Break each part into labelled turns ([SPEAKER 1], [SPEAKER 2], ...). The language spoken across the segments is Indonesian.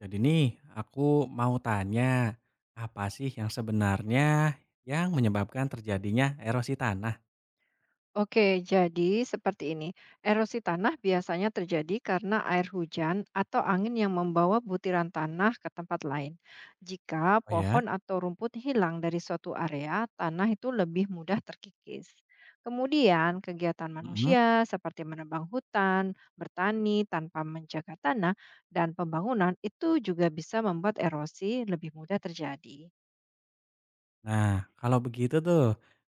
[SPEAKER 1] Jadi nih, aku mau tanya, apa sih yang sebenarnya yang menyebabkan terjadinya erosi tanah?
[SPEAKER 2] Oke, jadi seperti ini. Erosi tanah biasanya terjadi karena air hujan atau angin yang membawa butiran tanah ke tempat lain. Jika
[SPEAKER 1] Oh ya.
[SPEAKER 2] pohon atau rumput hilang dari suatu area, tanah itu lebih mudah terkikis. Kemudian, kegiatan
[SPEAKER 1] Mhm.
[SPEAKER 2] manusia seperti menebang hutan, bertani tanpa menjaga tanah, dan pembangunan itu juga bisa membuat erosi lebih mudah terjadi.
[SPEAKER 1] Nah, kalau begitu tuh,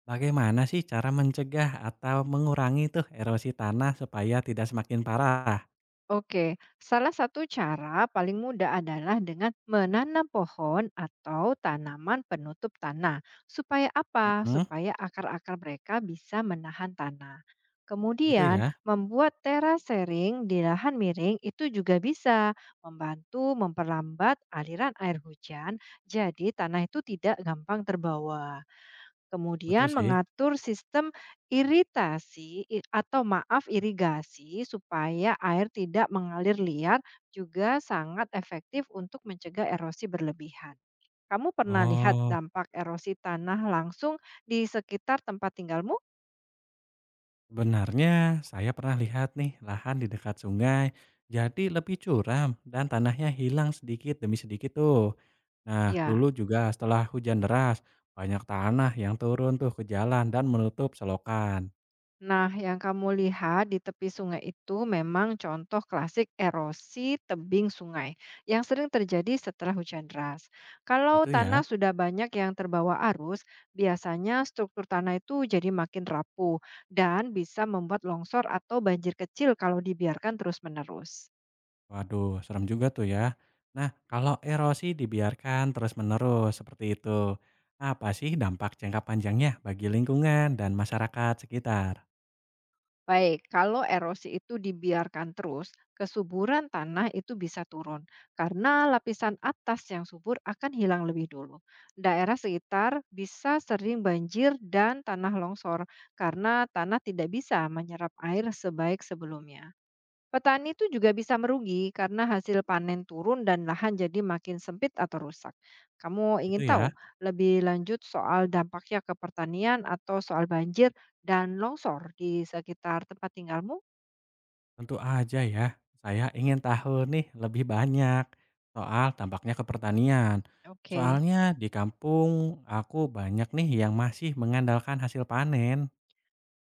[SPEAKER 1] bagaimana sih cara mencegah atau mengurangi tuh erosi tanah supaya tidak semakin parah?
[SPEAKER 2] Oke, salah satu cara paling mudah adalah dengan menanam pohon atau tanaman penutup tanah. Supaya apa?
[SPEAKER 1] Mhm,
[SPEAKER 2] Supaya akar-akar mereka bisa menahan tanah.
[SPEAKER 1] gitu
[SPEAKER 2] Kemudian,
[SPEAKER 1] ya,
[SPEAKER 2] membuat terasering di lahan miring itu juga bisa membantu memperlambat aliran air hujan, jadi tanah itu tidak gampang terbawa.
[SPEAKER 1] betul
[SPEAKER 2] Kemudian
[SPEAKER 1] sih.
[SPEAKER 2] mengatur sistem iritasi i atau maaf irigasi supaya air tidak mengalir liar juga sangat efektif untuk mencegah erosi berlebihan. Kamu pernah lihat
[SPEAKER 1] Oh,
[SPEAKER 2] dampak erosi tanah langsung di sekitar tempat tinggalmu?
[SPEAKER 1] sebenarnya saya pernah lihat nih lahan di dekat sungai, jadi lebih curam dan tanahnya hilang sedikit demi sedikit tuh. Nah,
[SPEAKER 2] Ya.
[SPEAKER 1] dulu juga setelah hujan deras, banyak tanah yang turun tuh ke jalan dan menutup selokan.
[SPEAKER 2] Nah, yang kamu lihat di tepi sungai itu memang contoh klasik erosi tebing sungai yang sering terjadi setelah hujan deras. Kalau
[SPEAKER 1] Itu
[SPEAKER 2] tanah
[SPEAKER 1] ya.
[SPEAKER 2] sudah banyak yang terbawa arus, biasanya struktur tanah itu jadi makin rapuh dan bisa membuat longsor atau banjir kecil kalau dibiarkan terus-menerus.
[SPEAKER 1] Waduh, serem juga tuh ya. Nah, kalau erosi dibiarkan terus-menerus seperti itu, apa sih dampak jangka panjangnya bagi lingkungan dan masyarakat sekitar?
[SPEAKER 2] Baik, kalau erosi itu dibiarkan terus, kesuburan tanah itu bisa turun karena lapisan atas yang subur akan hilang lebih dulu. Daerah sekitar bisa sering banjir dan tanah longsor karena tanah tidak bisa menyerap air sebaik sebelumnya. Petani itu juga bisa merugi karena hasil panen turun dan lahan jadi makin sempit atau rusak. Kamu
[SPEAKER 1] Itu
[SPEAKER 2] ingin tahu
[SPEAKER 1] ya.
[SPEAKER 2] lebih lanjut soal dampaknya ke pertanian atau soal banjir dan longsor di sekitar tempat tinggalmu?
[SPEAKER 1] Tentu aja ya. Saya ingin tahu nih lebih banyak soal dampaknya ke pertanian.
[SPEAKER 2] Oke.
[SPEAKER 1] Soalnya di kampung aku banyak nih yang masih mengandalkan hasil panen.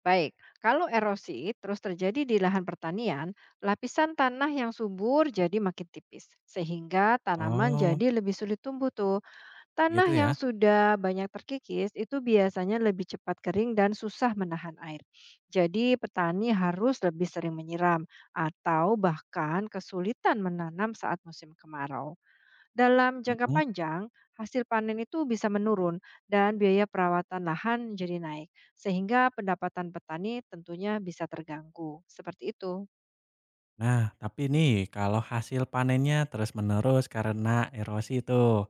[SPEAKER 2] Baik, kalau erosi terus terjadi di lahan pertanian, lapisan tanah yang subur jadi makin tipis, sehingga tanaman
[SPEAKER 1] Oh,
[SPEAKER 2] jadi lebih sulit tumbuh tuh.
[SPEAKER 1] gitu
[SPEAKER 2] Tanah yang
[SPEAKER 1] ya?
[SPEAKER 2] sudah banyak terkikis itu biasanya lebih cepat kering dan susah menahan air. Jadi petani harus lebih sering menyiram atau bahkan kesulitan menanam saat musim kemarau. Dalam jangka
[SPEAKER 1] Mhm.
[SPEAKER 2] panjang, hasil panen itu bisa menurun dan biaya perawatan lahan jadi naik, sehingga pendapatan petani tentunya bisa terganggu. Seperti itu.
[SPEAKER 1] Nah, tapi nih kalau hasil panennya terus-menerus karena erosi itu,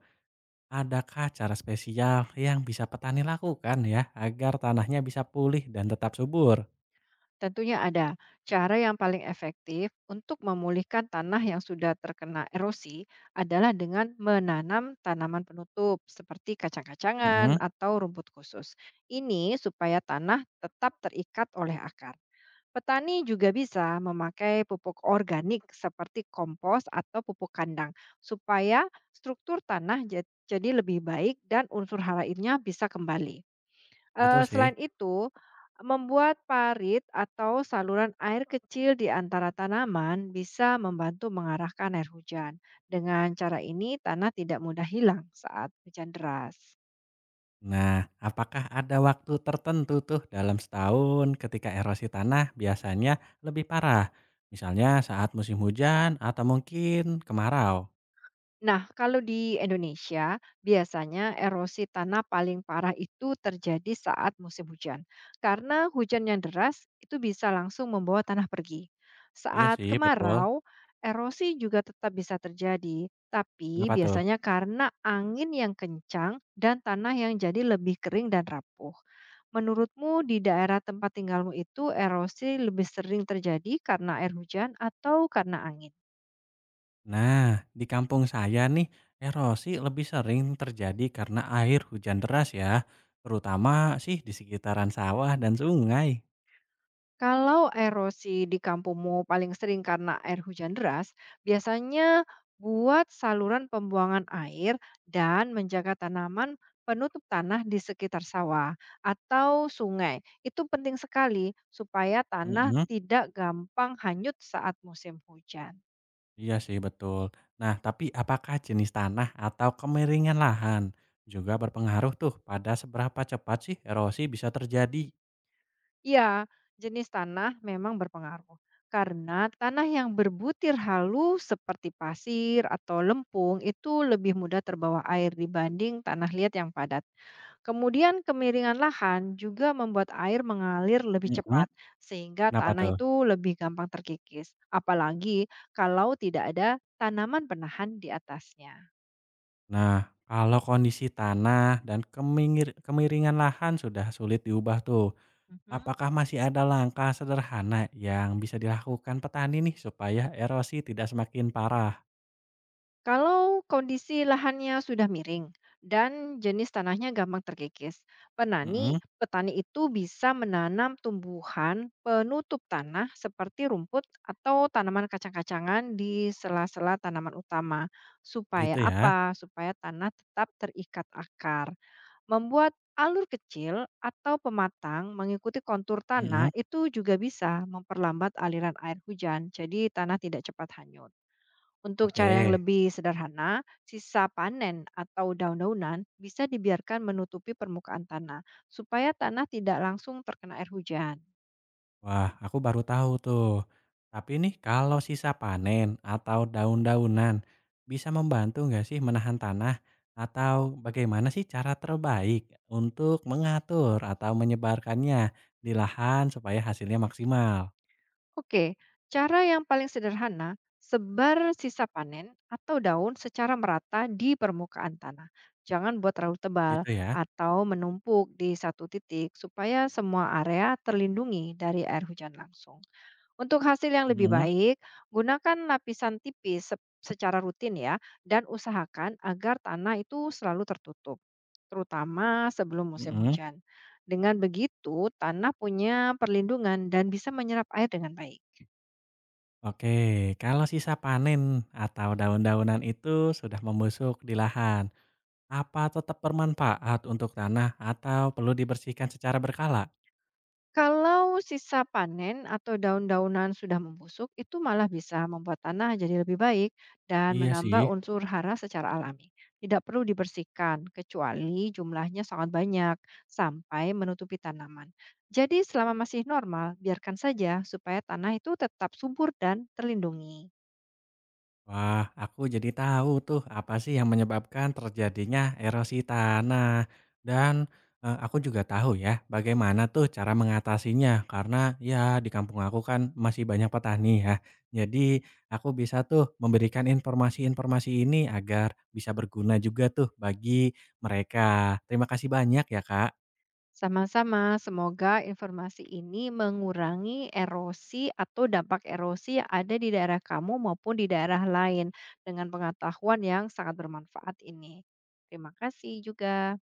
[SPEAKER 1] adakah cara spesial yang bisa petani lakukan ya agar tanahnya bisa pulih dan tetap subur?
[SPEAKER 2] Tentunya ada cara yang paling efektif untuk memulihkan tanah yang sudah terkena erosi adalah dengan menanam tanaman penutup seperti
[SPEAKER 1] Mhm,
[SPEAKER 2] kacang-kacangan atau rumput khusus. Ini supaya tanah tetap terikat oleh akar. Petani juga bisa memakai pupuk organik seperti kompos atau pupuk kandang supaya struktur tanah jadi lebih baik dan unsur hara airnya bisa kembali.
[SPEAKER 1] betul sih.
[SPEAKER 2] Selain itu, membuat parit atau saluran air kecil di antara tanaman bisa membantu mengarahkan air hujan. Dengan cara ini, tanah tidak mudah hilang saat hujan deras.
[SPEAKER 1] Nah, apakah ada waktu tertentu tuh dalam setahun ketika erosi tanah biasanya lebih parah? Misalnya saat musim hujan atau mungkin kemarau?
[SPEAKER 2] Nah, kalau di Indonesia, biasanya erosi tanah paling parah itu terjadi saat musim hujan. Karena hujan yang deras itu bisa langsung membawa tanah pergi.
[SPEAKER 1] Iya
[SPEAKER 2] Saat
[SPEAKER 1] sih, betul.
[SPEAKER 2] kemarau, erosi juga tetap bisa terjadi, tapi
[SPEAKER 1] Kenapa tuh?
[SPEAKER 2] biasanya karena angin yang kencang dan tanah yang jadi lebih kering dan rapuh. Menurutmu di daerah tempat tinggalmu itu erosi lebih sering terjadi karena air hujan atau karena angin?
[SPEAKER 1] Nah, di kampung saya nih, erosi lebih sering terjadi karena air hujan deras ya, terutama sih di sekitaran sawah dan sungai.
[SPEAKER 2] Kalau erosi di kampungmu paling sering karena air hujan deras, biasanya buat saluran pembuangan air dan menjaga tanaman penutup tanah di sekitar sawah atau sungai. Itu penting sekali supaya tanah
[SPEAKER 1] Mhm,
[SPEAKER 2] tidak gampang hanyut saat musim hujan.
[SPEAKER 1] iya sih betul. Nah, tapi apakah jenis tanah atau kemiringan lahan juga berpengaruh tuh pada seberapa cepat sih erosi bisa terjadi?
[SPEAKER 2] Ya, jenis tanah memang berpengaruh. Karena tanah yang berbutir halus seperti pasir atau lempung itu lebih mudah terbawa air dibanding tanah liat yang padat. Kemudian kemiringan lahan juga membuat air mengalir lebih
[SPEAKER 1] Mhm,
[SPEAKER 2] cepat, sehingga
[SPEAKER 1] kenapa
[SPEAKER 2] tanah
[SPEAKER 1] tuh?
[SPEAKER 2] itu lebih gampang terkikis, apalagi kalau tidak ada tanaman penahan di atasnya.
[SPEAKER 1] Nah, kalau kondisi tanah dan kemiringan lahan sudah sulit diubah tuh,
[SPEAKER 2] Mhm.
[SPEAKER 1] apakah masih ada langkah sederhana yang bisa dilakukan petani nih supaya erosi tidak semakin parah?
[SPEAKER 2] Kalau kondisi lahannya sudah miring dan jenis tanahnya gampang terkikis,
[SPEAKER 1] Mhm,
[SPEAKER 2] petani itu bisa menanam tumbuhan penutup tanah seperti rumput atau tanaman kacang-kacangan di sela-sela tanaman utama. Supaya
[SPEAKER 1] gitu ya?
[SPEAKER 2] apa? Supaya tanah tetap terikat akar. Membuat alur kecil atau pematang mengikuti kontur tanah
[SPEAKER 1] Mhm,
[SPEAKER 2] itu juga bisa memperlambat aliran air hujan, jadi tanah tidak cepat hanyut. Untuk cara yang
[SPEAKER 1] oke.
[SPEAKER 2] lebih sederhana, sisa panen atau daun-daunan bisa dibiarkan menutupi permukaan tanah supaya tanah tidak langsung terkena air hujan.
[SPEAKER 1] Wah, aku baru tahu tuh. Tapi nih kalau sisa panen atau daun-daunan bisa membantu nggak sih menahan tanah? Atau bagaimana sih cara terbaik untuk mengatur atau menyebarkannya di lahan supaya hasilnya maksimal?
[SPEAKER 2] Oke, cara yang paling sederhana, sebar sisa panen atau daun secara merata di permukaan tanah. Jangan buat terlalu tebal
[SPEAKER 1] Gitu ya?
[SPEAKER 2] atau menumpuk di satu titik supaya semua area terlindungi dari air hujan langsung. Untuk hasil yang lebih
[SPEAKER 1] Mhm,
[SPEAKER 2] baik, gunakan lapisan tipis secara rutin ya, dan usahakan agar tanah itu selalu tertutup, terutama sebelum musim
[SPEAKER 1] mhm.
[SPEAKER 2] hujan. Dengan begitu, tanah punya perlindungan dan bisa menyerap air dengan baik.
[SPEAKER 1] Oke, kalau sisa panen atau daun-daunan itu sudah membusuk di lahan, apa tetap bermanfaat untuk tanah atau perlu dibersihkan secara berkala?
[SPEAKER 2] Kalau sisa panen atau daun-daunan sudah membusuk, itu malah bisa membuat tanah jadi lebih baik dan
[SPEAKER 1] Iya
[SPEAKER 2] menambah
[SPEAKER 1] sih.
[SPEAKER 2] unsur hara secara alami. Tidak perlu dibersihkan, kecuali jumlahnya sangat banyak sampai menutupi tanaman. Jadi selama masih normal, biarkan saja supaya tanah itu tetap subur dan terlindungi.
[SPEAKER 1] Wah, aku jadi tahu tuh apa sih yang menyebabkan terjadinya erosi tanah. Dan aku juga tahu ya bagaimana tuh cara mengatasinya karena ya di kampung aku kan masih banyak petani ya. Jadi aku bisa tuh memberikan informasi-informasi ini agar bisa berguna juga tuh bagi mereka. Terima kasih banyak ya, Kak.
[SPEAKER 2] Sama-sama, semoga informasi ini mengurangi erosi atau dampak erosi yang ada di daerah kamu maupun di daerah lain dengan pengetahuan yang sangat bermanfaat ini. Terima kasih juga.